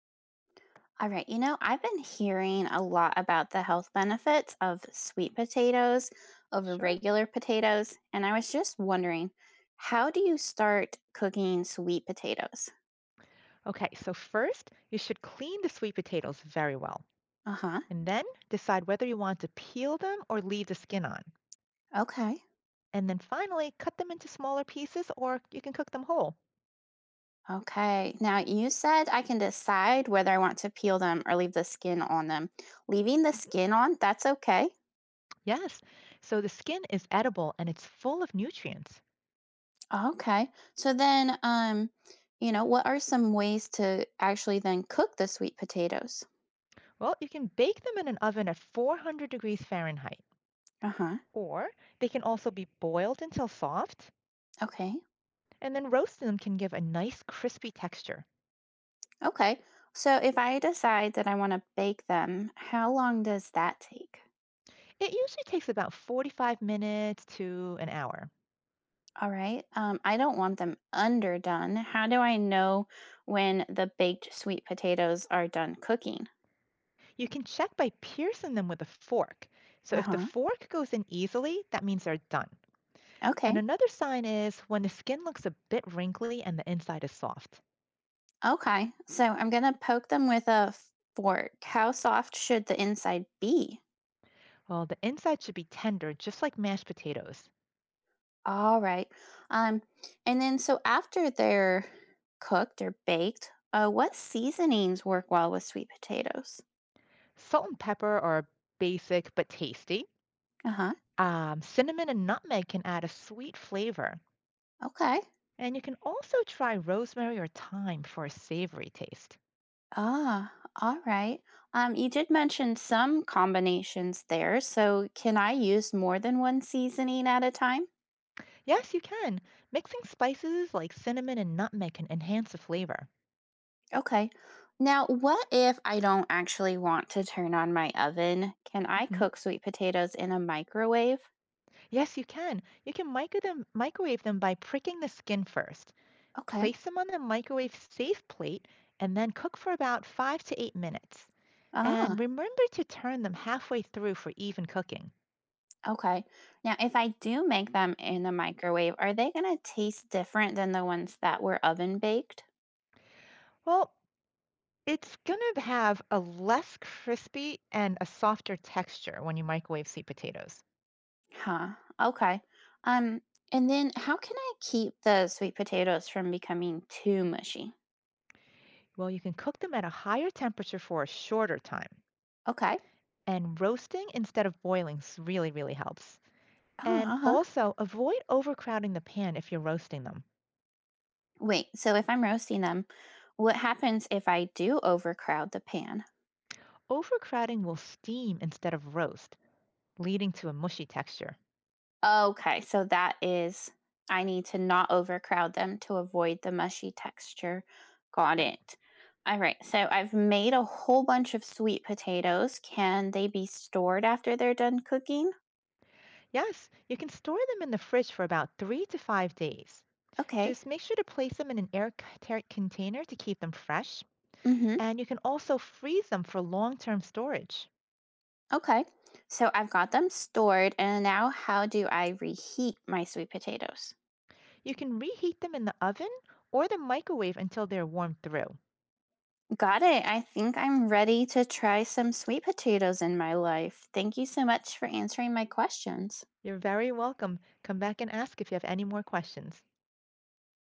All right, I've been hearing a lot about the health benefits of sweet potatoes over Sure. regular potatoes, and I was just wondering, how do you start cooking sweet potatoes? Okay, so first, you should clean the sweet potatoes very well, Uh-huh. and then decide whether you want to peel them or leave the skin on. Okay. And then finally, cut them into smaller pieces or you can cook them whole. Okay. Now, you said I can decide whether I want to peel them or leave the skin on them. Leaving the Mhm. skin on, that's okay. Yes, so the skin is edible and it's full of nutrients. Okay. So then, what are some ways to actually then cook the sweet potatoes? Well, you can bake them in an oven at 400 degrees Fahrenheit, Uh-huh. or they can also be boiled until soft, Okay. and then roasting them can give a nice crispy texture. Okay. So if I decide that I want to bake them, how long does that take? It usually takes about 45 minutes to an hour. All right. I don't want them underdone. How do I know when the baked sweet potatoes are done cooking? You can check by piercing them with a fork. So Uh if the huh. fork goes in easily, that means they're done. Okay. And another sign is when the skin looks a bit wrinkly and the inside is soft. Okay. So I'm going to poke them with a fork. How soft should the inside be? Well, the inside should be tender, just like mashed potatoes. All right. Um, and then so after they're cooked or baked, what seasonings work well with sweet potatoes? Salt and pepper are basic but tasty. Uh huh. Cinnamon and nutmeg can add a sweet flavor. Okay. And you can also try rosemary or thyme for a savory taste. Ah, all right. You did mention some combinations there, so can I use more than one seasoning at a time? Yes, you can. Mixing spices like cinnamon and nutmeg can enhance the flavor. Okay. Now, what if I don't actually want to turn on my oven? Can I Mhm. cook sweet potatoes in a microwave? Yes, you can. You can microwave them by pricking the skin first. Okay. Place them on the microwave safe plate and then cook for about 5 to 8 minutes. And Ah, remember to turn them halfway through for even cooking. okay. Now, if I do make them in the microwave, are they going to taste different than the ones that were oven baked? Well, it's going to have a less crispy and a softer texture when you microwave sweet potatoes. Huh. Okay. Um, and then how can I keep the sweet potatoes from becoming too mushy? Well, you can cook them at a higher temperature for a shorter time. Okay. And roasting instead of boiling really helps. Oh, And uh-huh. also avoid overcrowding the pan if you're roasting them. Wait, so if I'm roasting them, what happens if I do overcrowd the pan? Overcrowding will steam instead of roast, leading to a mushy texture. Okay, so that is I need to not overcrowd them to avoid the mushy texture. Got Right. it. All right, so I've made a whole bunch of sweet potatoes. Can they be stored after they're done cooking? Yes, you can store them in the fridge for about 3 to 5 days. Okay. Just make sure to place them in an airtight container to keep them fresh. Mm-hmm. And you can also freeze them for long term storage. Okay. So I've got them stored, and now how do I reheat my sweet potatoes? You can reheat them in the oven or the microwave until they're warmed through. Got it. I think I'm ready to try some sweet potatoes in my life. Thank you so much for answering my questions. You're very welcome. Come back and ask if you have any more questions.